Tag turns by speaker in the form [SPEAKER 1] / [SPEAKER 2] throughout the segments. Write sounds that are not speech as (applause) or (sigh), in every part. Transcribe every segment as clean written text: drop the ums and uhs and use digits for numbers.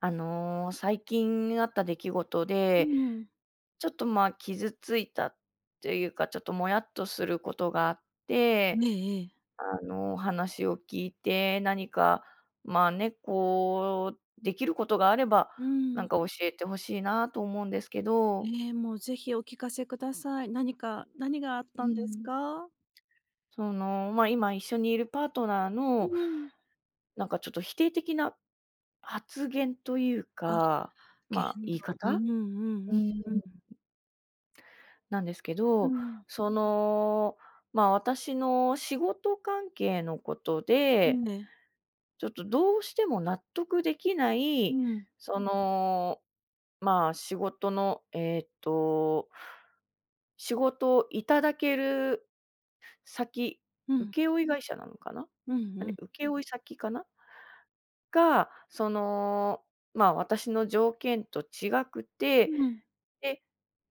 [SPEAKER 1] 最近あった出来事
[SPEAKER 2] う
[SPEAKER 1] で、
[SPEAKER 2] ん。
[SPEAKER 1] ちょっと、傷ついたっていうか、ちょっともやっとすることがあって、
[SPEAKER 2] ええええ。
[SPEAKER 1] 話を聞いて、何か、ね、こう、できることがあれば、
[SPEAKER 2] う
[SPEAKER 1] なん
[SPEAKER 2] ん。
[SPEAKER 1] か教えてほしいなと思うんですけど。
[SPEAKER 2] ええ、もうぜひお聞かせください。何があっ
[SPEAKER 1] う
[SPEAKER 2] たんです
[SPEAKER 1] ん。
[SPEAKER 2] か？
[SPEAKER 1] その、今一緒にいるパートナー
[SPEAKER 2] う
[SPEAKER 1] の、
[SPEAKER 2] ん。
[SPEAKER 1] なんかちょっと否定的な発言という
[SPEAKER 2] あ、
[SPEAKER 1] か、
[SPEAKER 2] 言
[SPEAKER 1] 言い
[SPEAKER 2] 動。う
[SPEAKER 1] 方
[SPEAKER 2] んうんう
[SPEAKER 1] う
[SPEAKER 2] ん
[SPEAKER 1] ん。
[SPEAKER 2] うん。
[SPEAKER 1] なんですけ
[SPEAKER 2] う
[SPEAKER 1] ど、
[SPEAKER 2] ん。
[SPEAKER 1] その、私の仕事関係のこと
[SPEAKER 2] ええう
[SPEAKER 1] で、
[SPEAKER 2] ん、ね。
[SPEAKER 1] ちょっとどうしても納得できな
[SPEAKER 2] う
[SPEAKER 1] い、
[SPEAKER 2] ん、
[SPEAKER 1] その、仕事の、仕事をいただける先、
[SPEAKER 2] うん、
[SPEAKER 1] 請負会社なのかな？
[SPEAKER 2] う
[SPEAKER 1] あれ、
[SPEAKER 2] ん、
[SPEAKER 1] 請負先かな？が、その、私の条件と違くて
[SPEAKER 2] うん、
[SPEAKER 1] で、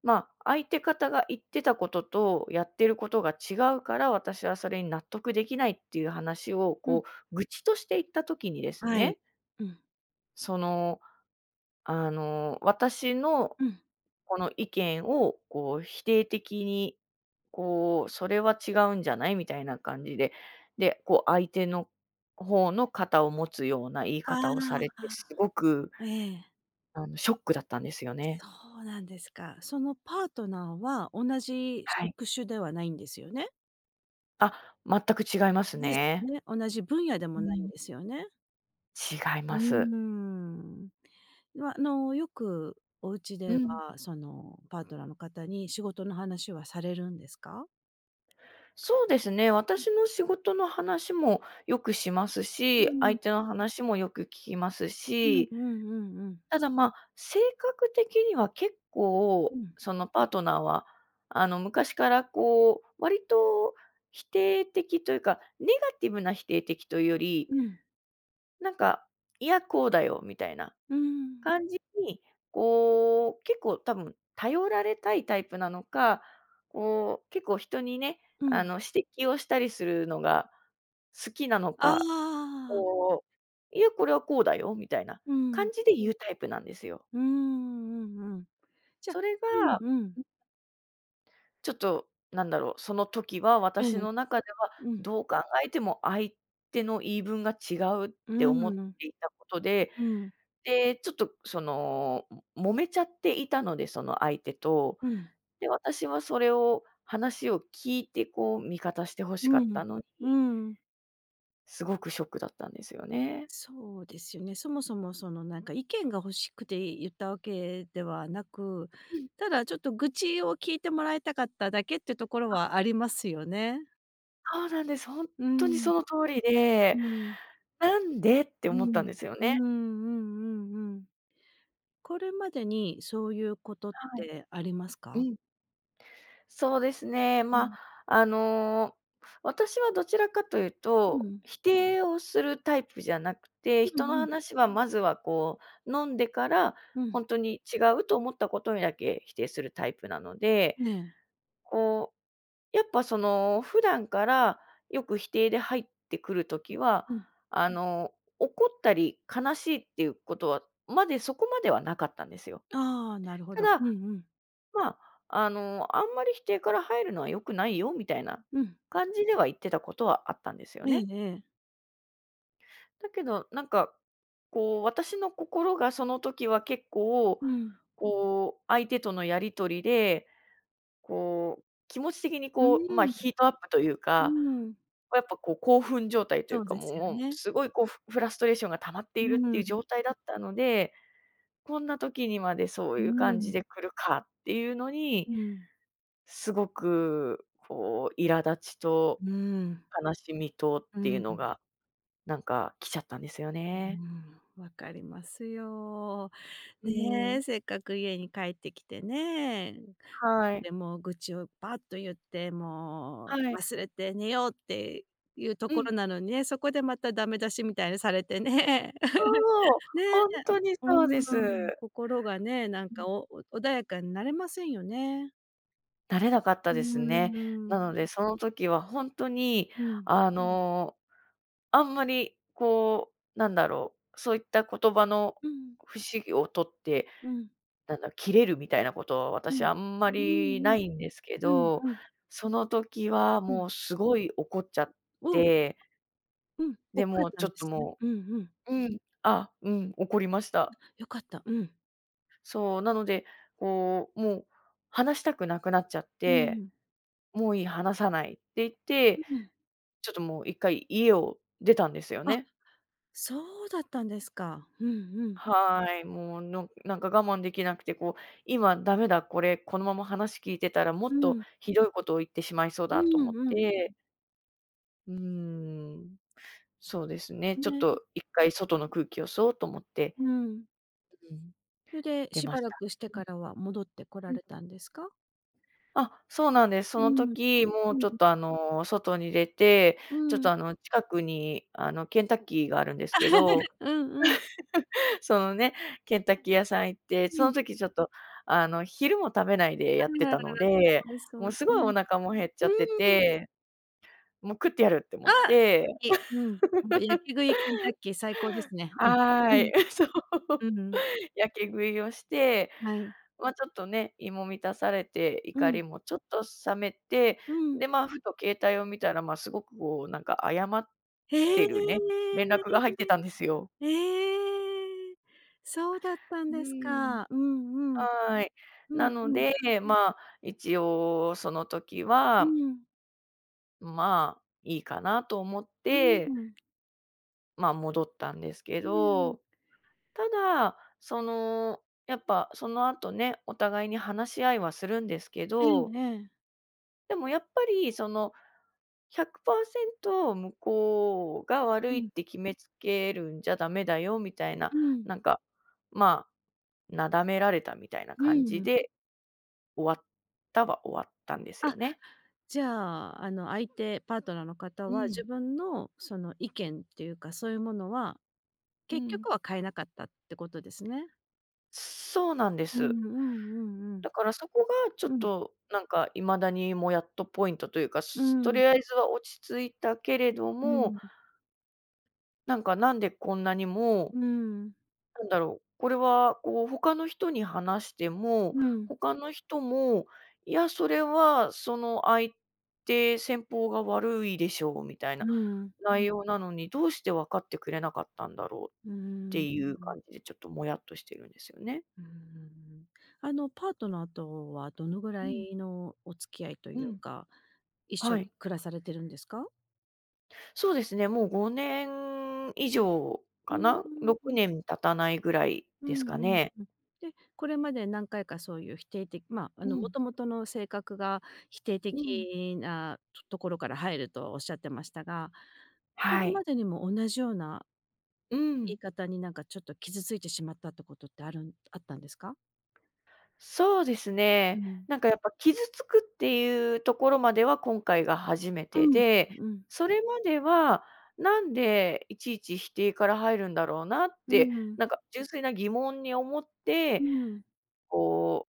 [SPEAKER 1] 相手方が言ってたこととやってることが違うから、私はそれに納得できないっていう話を、
[SPEAKER 2] うん。
[SPEAKER 1] こう、愚痴として言った時にです
[SPEAKER 2] はい。
[SPEAKER 1] ね、
[SPEAKER 2] うん、
[SPEAKER 1] その、私の
[SPEAKER 2] うん。
[SPEAKER 1] この意見を、こう、否定的に、こう、それは違うんじゃない？みたいな感じで、で、こう、相手の方の肩を持つような言い
[SPEAKER 2] あ
[SPEAKER 1] 方をされて、す
[SPEAKER 2] あ、
[SPEAKER 1] ごく、
[SPEAKER 2] ええ。
[SPEAKER 1] ショックだったんですよね。
[SPEAKER 2] そうなんですか。そのパートナーは同じ
[SPEAKER 1] はい。
[SPEAKER 2] 職種ではないんですよね？
[SPEAKER 1] あ、全く違います
[SPEAKER 2] ですよ
[SPEAKER 1] ね。
[SPEAKER 2] ね。同じ分野で
[SPEAKER 1] う
[SPEAKER 2] もないん
[SPEAKER 1] ん。
[SPEAKER 2] ですよね？
[SPEAKER 1] 違い
[SPEAKER 2] う
[SPEAKER 1] ま
[SPEAKER 2] ー
[SPEAKER 1] す。
[SPEAKER 2] ん。は、あの、よくお家
[SPEAKER 1] う
[SPEAKER 2] で
[SPEAKER 1] ん。
[SPEAKER 2] は、その、パートナーの方に仕事の話はされるんですか？
[SPEAKER 1] そうですね、私の仕事の話もよくします
[SPEAKER 2] う
[SPEAKER 1] し、
[SPEAKER 2] んう
[SPEAKER 1] 相
[SPEAKER 2] ん。
[SPEAKER 1] 手の話もよく聞きます
[SPEAKER 2] うん
[SPEAKER 1] し、
[SPEAKER 2] うんうんうん。
[SPEAKER 1] ただ、性格的には結構、
[SPEAKER 2] うん。
[SPEAKER 1] そのパートナーは、昔からこう、割と否定的というか、ネガティブな否定的というより、
[SPEAKER 2] うん。
[SPEAKER 1] なんか、いや、こうだよみたいな
[SPEAKER 2] うん。
[SPEAKER 1] 感じに、こう、結構多分頼られたいタイプなのか、こう、結構人にね、
[SPEAKER 2] うん。
[SPEAKER 1] 指摘をしたりするのが好きなの
[SPEAKER 2] あ
[SPEAKER 1] か、
[SPEAKER 2] あ。
[SPEAKER 1] こう、いや、これはこうだよみたいな
[SPEAKER 2] うん。
[SPEAKER 1] 感じで言うタイプなんですよ。
[SPEAKER 2] うーん、うんうんうんうんうんうんああ
[SPEAKER 1] それ
[SPEAKER 2] うん
[SPEAKER 1] が、
[SPEAKER 2] うんうんうんじゃうんうん。
[SPEAKER 1] ちょっとなんだろう、その時は
[SPEAKER 2] え
[SPEAKER 1] 私
[SPEAKER 2] え。
[SPEAKER 1] の中では、
[SPEAKER 2] うん。
[SPEAKER 1] どう考えても相手の言い分が違うっ
[SPEAKER 2] う
[SPEAKER 1] て思っ
[SPEAKER 2] ん。
[SPEAKER 1] ていたことで、
[SPEAKER 2] うん。
[SPEAKER 1] で、ちょっとその、も揉めちゃっていたので、その相手と。
[SPEAKER 2] うん。
[SPEAKER 1] で、私はそれを話を聞いて、こう味方して欲し
[SPEAKER 2] う
[SPEAKER 1] かっ
[SPEAKER 2] ん。
[SPEAKER 1] たの
[SPEAKER 2] う
[SPEAKER 1] に、
[SPEAKER 2] ん。
[SPEAKER 1] すごくショックだったんですよね。
[SPEAKER 2] そうですよね。そもそもそのなんか意見が欲しくて言ったわけではなく、
[SPEAKER 1] うん、
[SPEAKER 2] ただちょっと愚痴を聞いてもらいたかっただけってところはありますよね。
[SPEAKER 1] そうなんです。ほん
[SPEAKER 2] う
[SPEAKER 1] とに
[SPEAKER 2] ん、
[SPEAKER 1] その通りで、
[SPEAKER 2] うん、
[SPEAKER 1] なんでって
[SPEAKER 2] う
[SPEAKER 1] 思っ
[SPEAKER 2] ん、
[SPEAKER 1] たんですよ
[SPEAKER 2] う
[SPEAKER 1] ね。
[SPEAKER 2] んうんうんうん。これまでにそういうことっ
[SPEAKER 1] はい。
[SPEAKER 2] てあります
[SPEAKER 1] う
[SPEAKER 2] か？
[SPEAKER 1] ん。そうですね。
[SPEAKER 2] う
[SPEAKER 1] ま、
[SPEAKER 2] ん、
[SPEAKER 1] あの、私はどちらかという
[SPEAKER 2] う
[SPEAKER 1] と、
[SPEAKER 2] ん、
[SPEAKER 1] 否定をするタイプじゃなくて、
[SPEAKER 2] う
[SPEAKER 1] 人
[SPEAKER 2] んう
[SPEAKER 1] の
[SPEAKER 2] ん、
[SPEAKER 1] 話はまずはこう飲んでから、
[SPEAKER 2] う
[SPEAKER 1] ほ
[SPEAKER 2] ん。
[SPEAKER 1] んとに違うと思ったことにだけ否定するタイプなので、
[SPEAKER 2] ええ、
[SPEAKER 1] こうやっぱその、普段からよく否定で入ってくる時は、
[SPEAKER 2] うん。
[SPEAKER 1] あの、怒ったり悲しいっていうことはまでそこまではなかったんですよ。
[SPEAKER 2] ああ、なるほ
[SPEAKER 1] た
[SPEAKER 2] ど。
[SPEAKER 1] だ、
[SPEAKER 2] うんうん、
[SPEAKER 1] まあ、あんまり否定から入るのは良くないよみたいな
[SPEAKER 2] うん。
[SPEAKER 1] 感じでは言ってたことはあったんですよ
[SPEAKER 2] ええ
[SPEAKER 1] ね。
[SPEAKER 2] ええ。
[SPEAKER 1] だけど、なんか、こう、私の心がその時は結構、
[SPEAKER 2] うん。
[SPEAKER 1] こう、相手とのやり取りでこう、気持ち的に
[SPEAKER 2] う
[SPEAKER 1] こう、
[SPEAKER 2] ん、
[SPEAKER 1] ヒートアップという
[SPEAKER 2] う
[SPEAKER 1] か、
[SPEAKER 2] ん。
[SPEAKER 1] やっぱこう興奮状態とい
[SPEAKER 2] そ
[SPEAKER 1] う
[SPEAKER 2] う
[SPEAKER 1] か、
[SPEAKER 2] ですよ
[SPEAKER 1] もう
[SPEAKER 2] ね。
[SPEAKER 1] すごいこうフフラストレーションが溜まって
[SPEAKER 2] う
[SPEAKER 1] いるって
[SPEAKER 2] ん。
[SPEAKER 1] いう状態だったので、こんな時にまでそう
[SPEAKER 2] う
[SPEAKER 1] いう感じ
[SPEAKER 2] ん、
[SPEAKER 1] で来るかっていうのに、
[SPEAKER 2] うん、
[SPEAKER 1] すごくこう苛立ちと
[SPEAKER 2] うん、
[SPEAKER 1] 悲しみとっ
[SPEAKER 2] う
[SPEAKER 1] てい
[SPEAKER 2] ん、
[SPEAKER 1] う
[SPEAKER 2] う
[SPEAKER 1] のが、なんか来ちゃったんですよね。
[SPEAKER 2] ん、わかりますよ。
[SPEAKER 1] うー
[SPEAKER 2] ね
[SPEAKER 1] ん、
[SPEAKER 2] え、せっかく家に帰ってきてね、
[SPEAKER 1] はい、
[SPEAKER 2] で、もう愚痴をパッと言って、
[SPEAKER 1] は
[SPEAKER 2] もう
[SPEAKER 1] い。
[SPEAKER 2] 忘れて寝ようっていうと
[SPEAKER 1] う
[SPEAKER 2] こ
[SPEAKER 1] ん、
[SPEAKER 2] ろなのにね、そこでまたダメ出しみたいにされてね。(laughs)
[SPEAKER 1] そう、
[SPEAKER 2] ね
[SPEAKER 1] ほ
[SPEAKER 2] え、
[SPEAKER 1] んとに
[SPEAKER 2] う
[SPEAKER 1] そうです。
[SPEAKER 2] ん、心がね、なんかお穏やかになれませんよね。
[SPEAKER 1] なれなかったです
[SPEAKER 2] う
[SPEAKER 1] ね。
[SPEAKER 2] ん、
[SPEAKER 1] なので、その時は本当に、
[SPEAKER 2] うん、
[SPEAKER 1] あの、あんまりこう、なんだろう、そういった言葉の
[SPEAKER 2] うん、
[SPEAKER 1] 不思議を取って、
[SPEAKER 2] うん、
[SPEAKER 1] なんだ、切れるみたいなことは
[SPEAKER 2] う
[SPEAKER 1] 私
[SPEAKER 2] ん、
[SPEAKER 1] あんま
[SPEAKER 2] う
[SPEAKER 1] り
[SPEAKER 2] ん、う
[SPEAKER 1] ないんですけ
[SPEAKER 2] ん、う
[SPEAKER 1] ど、
[SPEAKER 2] ん、
[SPEAKER 1] その時は
[SPEAKER 2] う
[SPEAKER 1] も
[SPEAKER 2] ん。
[SPEAKER 1] うすごい怒っちゃっ
[SPEAKER 2] を、
[SPEAKER 1] て、
[SPEAKER 2] うん。
[SPEAKER 1] で、
[SPEAKER 2] 怒れ
[SPEAKER 1] もう
[SPEAKER 2] た
[SPEAKER 1] ちょ
[SPEAKER 2] ん
[SPEAKER 1] っ
[SPEAKER 2] で
[SPEAKER 1] と
[SPEAKER 2] すね。
[SPEAKER 1] も
[SPEAKER 2] うんうん。
[SPEAKER 1] ううん、あ、うん、怒りました。
[SPEAKER 2] よかった。うん。
[SPEAKER 1] そう、なので、こう、もう話したくなくなっちゃっ
[SPEAKER 2] うん
[SPEAKER 1] て、
[SPEAKER 2] うん。
[SPEAKER 1] もういい、話さないって言っ
[SPEAKER 2] う
[SPEAKER 1] て
[SPEAKER 2] ん。
[SPEAKER 1] ちょっともう一回家を出たんですよ
[SPEAKER 2] あ、
[SPEAKER 1] ね。
[SPEAKER 2] そうだったんですか。うんうん。
[SPEAKER 1] はい、もう、のなんか我慢できなくて、こう、今ダメだ、これ、このまま話聞いてたらも
[SPEAKER 2] う
[SPEAKER 1] っと
[SPEAKER 2] ん。
[SPEAKER 1] ひどいことを言ってしまいそう
[SPEAKER 2] う
[SPEAKER 1] だと思っ
[SPEAKER 2] んうん。
[SPEAKER 1] て、うーん、そうですね、ちょっ
[SPEAKER 2] ね、
[SPEAKER 1] と一回外の空気を吸おうと思って、
[SPEAKER 2] うん。
[SPEAKER 1] うん。
[SPEAKER 2] それで
[SPEAKER 1] 出
[SPEAKER 2] し
[SPEAKER 1] ま
[SPEAKER 2] ば
[SPEAKER 1] し
[SPEAKER 2] ら
[SPEAKER 1] た。
[SPEAKER 2] くして
[SPEAKER 1] うん
[SPEAKER 2] からは戻ってこ
[SPEAKER 1] う
[SPEAKER 2] ら
[SPEAKER 1] ん。
[SPEAKER 2] れたんですか？
[SPEAKER 1] あ、そうなんです。そ
[SPEAKER 2] う
[SPEAKER 1] の
[SPEAKER 2] ん、うん、
[SPEAKER 1] 時、もうちょっと外に出て、ちょっと近くにケンタッキーがあるんですけ
[SPEAKER 2] (laughs)
[SPEAKER 1] ど、
[SPEAKER 2] うん。うんうん、う
[SPEAKER 1] そのね、ケンタッキー屋さん行って、その
[SPEAKER 2] ん。
[SPEAKER 1] 時ちょっと、昼も食べないで
[SPEAKER 2] あ
[SPEAKER 1] やって
[SPEAKER 2] らららら、
[SPEAKER 1] たので、
[SPEAKER 2] かわいそ
[SPEAKER 1] も
[SPEAKER 2] う
[SPEAKER 1] う
[SPEAKER 2] に。
[SPEAKER 1] す
[SPEAKER 2] う
[SPEAKER 1] ごい
[SPEAKER 2] ん。
[SPEAKER 1] お腹も減っちゃって
[SPEAKER 2] うん。
[SPEAKER 1] て、もう食ってやるって思
[SPEAKER 2] あ、
[SPEAKER 1] っ
[SPEAKER 2] 好
[SPEAKER 1] て
[SPEAKER 2] き。うん。もう焼き食いケンタッキー最高ですね。うん。う
[SPEAKER 1] はい、
[SPEAKER 2] ん。
[SPEAKER 1] (laughs) そう。
[SPEAKER 2] うんうん。
[SPEAKER 1] やけ食いをして、
[SPEAKER 2] はい。
[SPEAKER 1] ちょっとね、胃も満たされて、
[SPEAKER 2] う
[SPEAKER 1] 怒
[SPEAKER 2] ん。
[SPEAKER 1] りもちょっと冷めて、
[SPEAKER 2] うん。
[SPEAKER 1] で、ふと携帯を見たら、すごくこう、なんか謝っ
[SPEAKER 2] え
[SPEAKER 1] てるね、
[SPEAKER 2] え。
[SPEAKER 1] 連絡が入ってたんですよ。
[SPEAKER 2] ええ。そうだったん
[SPEAKER 1] う
[SPEAKER 2] です
[SPEAKER 1] ーん。
[SPEAKER 2] か。うんうん。
[SPEAKER 1] はい。
[SPEAKER 2] う
[SPEAKER 1] な
[SPEAKER 2] ん
[SPEAKER 1] の
[SPEAKER 2] うん。
[SPEAKER 1] で、まあ、一応その時
[SPEAKER 2] う
[SPEAKER 1] は、
[SPEAKER 2] ん。
[SPEAKER 1] いいかなと思っ
[SPEAKER 2] う
[SPEAKER 1] て、
[SPEAKER 2] ん。
[SPEAKER 1] 戻ったんですけ
[SPEAKER 2] うん。
[SPEAKER 1] ど、ただ、その、やっぱその後ね、お互いに話し合いはするんですけ
[SPEAKER 2] え
[SPEAKER 1] ど、
[SPEAKER 2] えええ。
[SPEAKER 1] でもやっぱりその100%向こうが悪
[SPEAKER 2] う
[SPEAKER 1] いっ
[SPEAKER 2] ん。
[SPEAKER 1] て決めつけるんじゃダメだよみたいな、
[SPEAKER 2] うん。
[SPEAKER 1] なんか、まあ、なだめられたみたいな
[SPEAKER 2] う
[SPEAKER 1] 感じ
[SPEAKER 2] ん。
[SPEAKER 1] で終わったは終わったんです
[SPEAKER 2] あ、
[SPEAKER 1] よね。
[SPEAKER 2] じゃあ、相手パートナーの方
[SPEAKER 1] う
[SPEAKER 2] は
[SPEAKER 1] ん、
[SPEAKER 2] 自分のその意見っていうか、そういうものは、
[SPEAKER 1] う
[SPEAKER 2] 結
[SPEAKER 1] ん。
[SPEAKER 2] 局は変えなかったってことですね。
[SPEAKER 1] そうなんで
[SPEAKER 2] う
[SPEAKER 1] す。
[SPEAKER 2] んうんうんうん。
[SPEAKER 1] だからそこがちょっ
[SPEAKER 2] うん。
[SPEAKER 1] となんか未だにもやっとポイントというか、
[SPEAKER 2] う
[SPEAKER 1] すと
[SPEAKER 2] ん。
[SPEAKER 1] りあえずは落ち着いたけれど
[SPEAKER 2] う
[SPEAKER 1] も、
[SPEAKER 2] ん。
[SPEAKER 1] なんかなんでこんなにも、
[SPEAKER 2] うん。
[SPEAKER 1] なんだろう、これはこう他の人に話しても、
[SPEAKER 2] うん。
[SPEAKER 1] 他の人も、いや、それはその相手、先方が悪いでしょうみたいな
[SPEAKER 2] うん。
[SPEAKER 1] 内容なのに、どうして分かってくれなかったんだろう
[SPEAKER 2] うー
[SPEAKER 1] っ
[SPEAKER 2] ん。
[SPEAKER 1] ていう
[SPEAKER 2] う
[SPEAKER 1] 感
[SPEAKER 2] ん。
[SPEAKER 1] じでちょっともやっとしてるんですよね。
[SPEAKER 2] うーん。あの、パートナーとはどのぐ
[SPEAKER 1] う
[SPEAKER 2] ら
[SPEAKER 1] ん、
[SPEAKER 2] いのお付き合いと
[SPEAKER 1] う
[SPEAKER 2] いう
[SPEAKER 1] ん。
[SPEAKER 2] か、一緒
[SPEAKER 1] は
[SPEAKER 2] に
[SPEAKER 1] い。
[SPEAKER 2] 暮らされてるんですか？
[SPEAKER 1] そうですね、もう5年以上
[SPEAKER 2] う
[SPEAKER 1] か
[SPEAKER 2] ー
[SPEAKER 1] な、6
[SPEAKER 2] ん。
[SPEAKER 1] 年経たないぐらい
[SPEAKER 2] う
[SPEAKER 1] で
[SPEAKER 2] ん
[SPEAKER 1] すか
[SPEAKER 2] うん
[SPEAKER 1] ね。
[SPEAKER 2] うん。で、これまで何回かそういう否定的まあ、あ
[SPEAKER 1] う
[SPEAKER 2] の、も
[SPEAKER 1] ん、
[SPEAKER 2] ともとの性格が否定
[SPEAKER 1] うん。
[SPEAKER 2] 的なところから入るとおっしゃってましたが、こ
[SPEAKER 1] は
[SPEAKER 2] れ
[SPEAKER 1] い。
[SPEAKER 2] までにも同じような
[SPEAKER 1] う
[SPEAKER 2] 言
[SPEAKER 1] ん。
[SPEAKER 2] い方になんかちょっと傷ついてしまったってことってあるんあったんですか？
[SPEAKER 1] そうです
[SPEAKER 2] う
[SPEAKER 1] ね。
[SPEAKER 2] ん。
[SPEAKER 1] なんかやっぱ傷つくっていうところまでは今回が初め
[SPEAKER 2] う
[SPEAKER 1] て
[SPEAKER 2] ん、
[SPEAKER 1] で、
[SPEAKER 2] うん、
[SPEAKER 1] それまでは、なんでいちいち否定から入るんだろうなっ
[SPEAKER 2] う
[SPEAKER 1] て、
[SPEAKER 2] ん、うん、
[SPEAKER 1] なんか純粋な疑問に思っ
[SPEAKER 2] う
[SPEAKER 1] て、
[SPEAKER 2] ん、
[SPEAKER 1] こう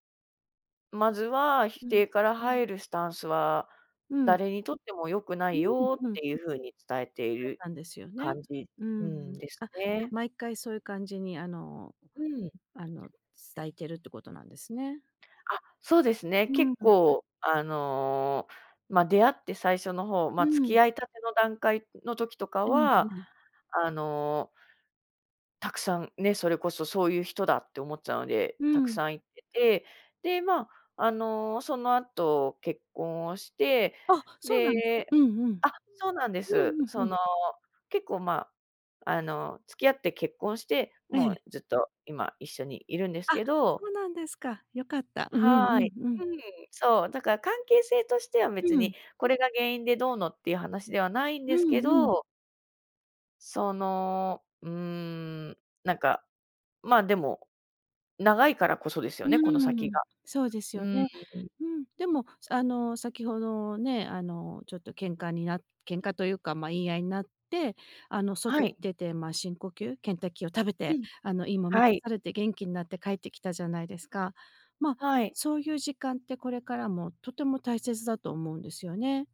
[SPEAKER 1] まずは否
[SPEAKER 2] う
[SPEAKER 1] 定から入るスタンスは、
[SPEAKER 2] ん。
[SPEAKER 1] 誰にとっても良くな
[SPEAKER 2] う
[SPEAKER 1] いよ
[SPEAKER 2] ん
[SPEAKER 1] っ
[SPEAKER 2] うん。
[SPEAKER 1] ていう風に伝えてい
[SPEAKER 2] だっ
[SPEAKER 1] る
[SPEAKER 2] たんですよね。
[SPEAKER 1] 感じ、
[SPEAKER 2] う
[SPEAKER 1] うん、
[SPEAKER 2] ん。
[SPEAKER 1] です
[SPEAKER 2] あ、じゃ、
[SPEAKER 1] ね。
[SPEAKER 2] 毎回そういう感じに、
[SPEAKER 1] うん。
[SPEAKER 2] あの、伝えてるってことなんですね。
[SPEAKER 1] あ、そうですね。
[SPEAKER 2] う
[SPEAKER 1] 結
[SPEAKER 2] ん、
[SPEAKER 1] 構出会って最初の方、
[SPEAKER 2] う
[SPEAKER 1] 付
[SPEAKER 2] ん。
[SPEAKER 1] き合いたての段階の時とか
[SPEAKER 2] えええ
[SPEAKER 1] は、
[SPEAKER 2] え。
[SPEAKER 1] あのたくさんね、それこそそういう人だって思ってたので、
[SPEAKER 2] う
[SPEAKER 1] たく
[SPEAKER 2] ん。
[SPEAKER 1] さん行ってて、で、その後結婚をして、
[SPEAKER 2] あ、そうなんですか。
[SPEAKER 1] で
[SPEAKER 2] うんうん。
[SPEAKER 1] あ、そうなんで
[SPEAKER 2] う
[SPEAKER 1] す。
[SPEAKER 2] んうん
[SPEAKER 1] そ
[SPEAKER 2] うん。
[SPEAKER 1] の、結構、付き合って結婚して、
[SPEAKER 2] え
[SPEAKER 1] も
[SPEAKER 2] え。
[SPEAKER 1] うずっと今一緒にいるんです
[SPEAKER 2] あ、
[SPEAKER 1] けど
[SPEAKER 2] そうなんですか。良かった。うん
[SPEAKER 1] は
[SPEAKER 2] うん
[SPEAKER 1] い。
[SPEAKER 2] うん。
[SPEAKER 1] うん、そう、だから関係性としては
[SPEAKER 2] う
[SPEAKER 1] 別
[SPEAKER 2] ん。
[SPEAKER 1] にこれが原因でどうのっていう話ではないん
[SPEAKER 2] う
[SPEAKER 1] ですけ
[SPEAKER 2] んうん。
[SPEAKER 1] ど、その、うーん、なんか、でも長いからこそですよ
[SPEAKER 2] う
[SPEAKER 1] ね、この
[SPEAKER 2] ー
[SPEAKER 1] 先
[SPEAKER 2] ん、
[SPEAKER 1] が。
[SPEAKER 2] そうです
[SPEAKER 1] う
[SPEAKER 2] よ
[SPEAKER 1] ーん。
[SPEAKER 2] ね。うん、でも、先ほどね、ちょっと喧嘩というか、ま、言い合いになって、
[SPEAKER 1] は
[SPEAKER 2] 外に
[SPEAKER 1] い。
[SPEAKER 2] 出て、ま、深呼吸、ケンタッキーを食べ
[SPEAKER 1] う
[SPEAKER 2] て、
[SPEAKER 1] ん。
[SPEAKER 2] 胃も満
[SPEAKER 1] は
[SPEAKER 2] た
[SPEAKER 1] い。
[SPEAKER 2] されて元気になって帰ってきたじゃないですか。ま、
[SPEAKER 1] はい。
[SPEAKER 2] そういう時間ってこれからもとても大切だと思うんですよね。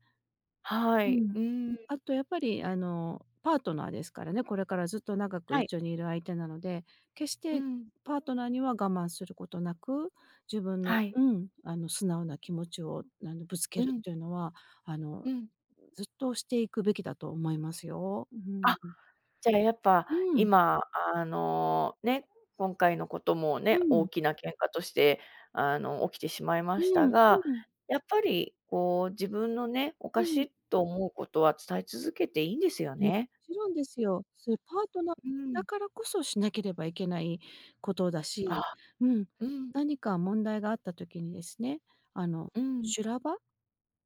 [SPEAKER 1] は
[SPEAKER 2] う
[SPEAKER 1] い。う
[SPEAKER 2] ん。
[SPEAKER 1] ーん。
[SPEAKER 2] あとやっぱりパートナーですからね、これからずっと長く
[SPEAKER 1] はい。
[SPEAKER 2] 一緒にいる相手なので、決し
[SPEAKER 1] う
[SPEAKER 2] て
[SPEAKER 1] ん。
[SPEAKER 2] パートナーには我慢することなく、自分の
[SPEAKER 1] はい。
[SPEAKER 2] うん、素直な気持ちをぶつけ
[SPEAKER 1] う
[SPEAKER 2] るっ
[SPEAKER 1] ん。
[SPEAKER 2] ていうのは、あの、
[SPEAKER 1] うん。
[SPEAKER 2] ずっとしていくべきだと思いますよ。う
[SPEAKER 1] あ、
[SPEAKER 2] ん。
[SPEAKER 1] じゃあやっぱ
[SPEAKER 2] うん。
[SPEAKER 1] 今、ね、今回のことも
[SPEAKER 2] う
[SPEAKER 1] ね、大
[SPEAKER 2] ん。
[SPEAKER 1] きな喧嘩として、起きてしまい
[SPEAKER 2] う
[SPEAKER 1] まし
[SPEAKER 2] ん。う
[SPEAKER 1] た
[SPEAKER 2] ん。
[SPEAKER 1] が、
[SPEAKER 2] うん。
[SPEAKER 1] やっぱりこう自分のね、お
[SPEAKER 2] う
[SPEAKER 1] かし
[SPEAKER 2] ん。
[SPEAKER 1] いと思うことは伝え続けていいんですよ
[SPEAKER 2] も
[SPEAKER 1] ね。
[SPEAKER 2] ちろんですよ。それパートナー
[SPEAKER 1] うん。
[SPEAKER 2] だからこそしなければいけないことだ
[SPEAKER 1] あ、
[SPEAKER 2] し、うん、
[SPEAKER 1] うん、
[SPEAKER 2] 何か問題があった時にですね、あの、
[SPEAKER 1] うん。
[SPEAKER 2] 修羅場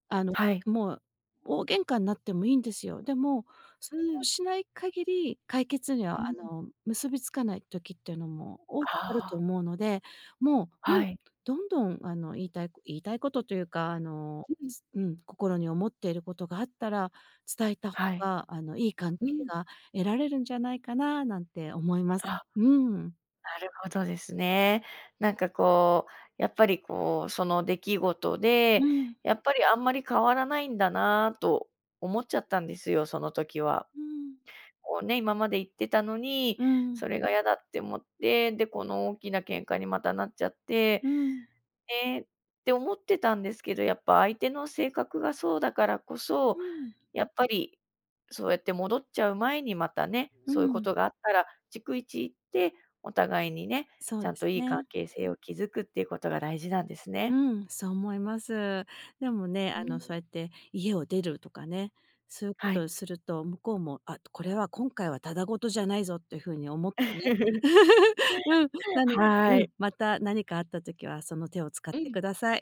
[SPEAKER 2] あの、
[SPEAKER 1] はい。
[SPEAKER 2] もう大喧嘩になってもいいんですよ。でも、そ
[SPEAKER 1] う
[SPEAKER 2] れを
[SPEAKER 1] ん。
[SPEAKER 2] しない限り、解決には
[SPEAKER 1] うん。
[SPEAKER 2] 結びつかない時っていうのも多くあると
[SPEAKER 1] あ
[SPEAKER 2] 思うので、も
[SPEAKER 1] あ、
[SPEAKER 2] う、う
[SPEAKER 1] は
[SPEAKER 2] ん、
[SPEAKER 1] い。
[SPEAKER 2] どんどん言いたい言いたいことというか、あの、
[SPEAKER 1] うん。
[SPEAKER 2] つうん、心に思っていることがあったら、伝えた方
[SPEAKER 1] はい。
[SPEAKER 2] がいい関係
[SPEAKER 1] うん。
[SPEAKER 2] が得られるんじゃないかななんて思います。
[SPEAKER 1] あ、
[SPEAKER 2] うん。
[SPEAKER 1] なるほどですね。なんかこう、やっぱりこう、その出来事で、
[SPEAKER 2] うん。
[SPEAKER 1] やっぱりあんまり変わらないんだなと思っちゃったんですよ、その時は。
[SPEAKER 2] うん。
[SPEAKER 1] こうね、今まで言ってたのに、
[SPEAKER 2] うん。
[SPEAKER 1] それが嫌だって思って、で、この大きな喧嘩にまたなっちゃって、
[SPEAKER 2] うん。
[SPEAKER 1] ええって思ってたんですけど、やっぱ相手の性格がそうだからこ
[SPEAKER 2] う
[SPEAKER 1] そ、
[SPEAKER 2] ん。
[SPEAKER 1] やっぱり、そうやって戻っちゃう前にまたね、
[SPEAKER 2] う
[SPEAKER 1] そういうこ
[SPEAKER 2] ん。
[SPEAKER 1] とがあったら、逐一行って、お互いにね、
[SPEAKER 2] そ
[SPEAKER 1] ち
[SPEAKER 2] う
[SPEAKER 1] ゃ
[SPEAKER 2] で
[SPEAKER 1] ん
[SPEAKER 2] す
[SPEAKER 1] といい関
[SPEAKER 2] ね。
[SPEAKER 1] 係性を築くっていうことが大事なんです
[SPEAKER 2] う
[SPEAKER 1] ね。
[SPEAKER 2] ん、そう思います。でもね、
[SPEAKER 1] うん。
[SPEAKER 2] そうやって家を出るとかね、そういうこ
[SPEAKER 1] は
[SPEAKER 2] と
[SPEAKER 1] い。
[SPEAKER 2] をすると、向こうも、あ、これは今回はただ事じゃないぞっていう風に思ってね。
[SPEAKER 1] (laughs)
[SPEAKER 2] (laughs) うん、なので、
[SPEAKER 1] は
[SPEAKER 2] う
[SPEAKER 1] い。
[SPEAKER 2] ん、また何かあった時はその手を使っ
[SPEAKER 1] う
[SPEAKER 2] て
[SPEAKER 1] ん。
[SPEAKER 2] ください。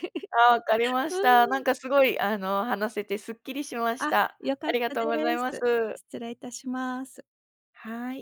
[SPEAKER 1] (laughs) あ、わかり まし
[SPEAKER 2] う
[SPEAKER 1] た。な
[SPEAKER 2] ん、
[SPEAKER 1] んかすごい、話せてすっきりしまし
[SPEAKER 2] あ、
[SPEAKER 1] た。
[SPEAKER 2] 良か
[SPEAKER 1] あ
[SPEAKER 2] っ
[SPEAKER 1] りが
[SPEAKER 2] た
[SPEAKER 1] とう
[SPEAKER 2] で
[SPEAKER 1] ございます。
[SPEAKER 2] す。失礼いたします。
[SPEAKER 1] はい。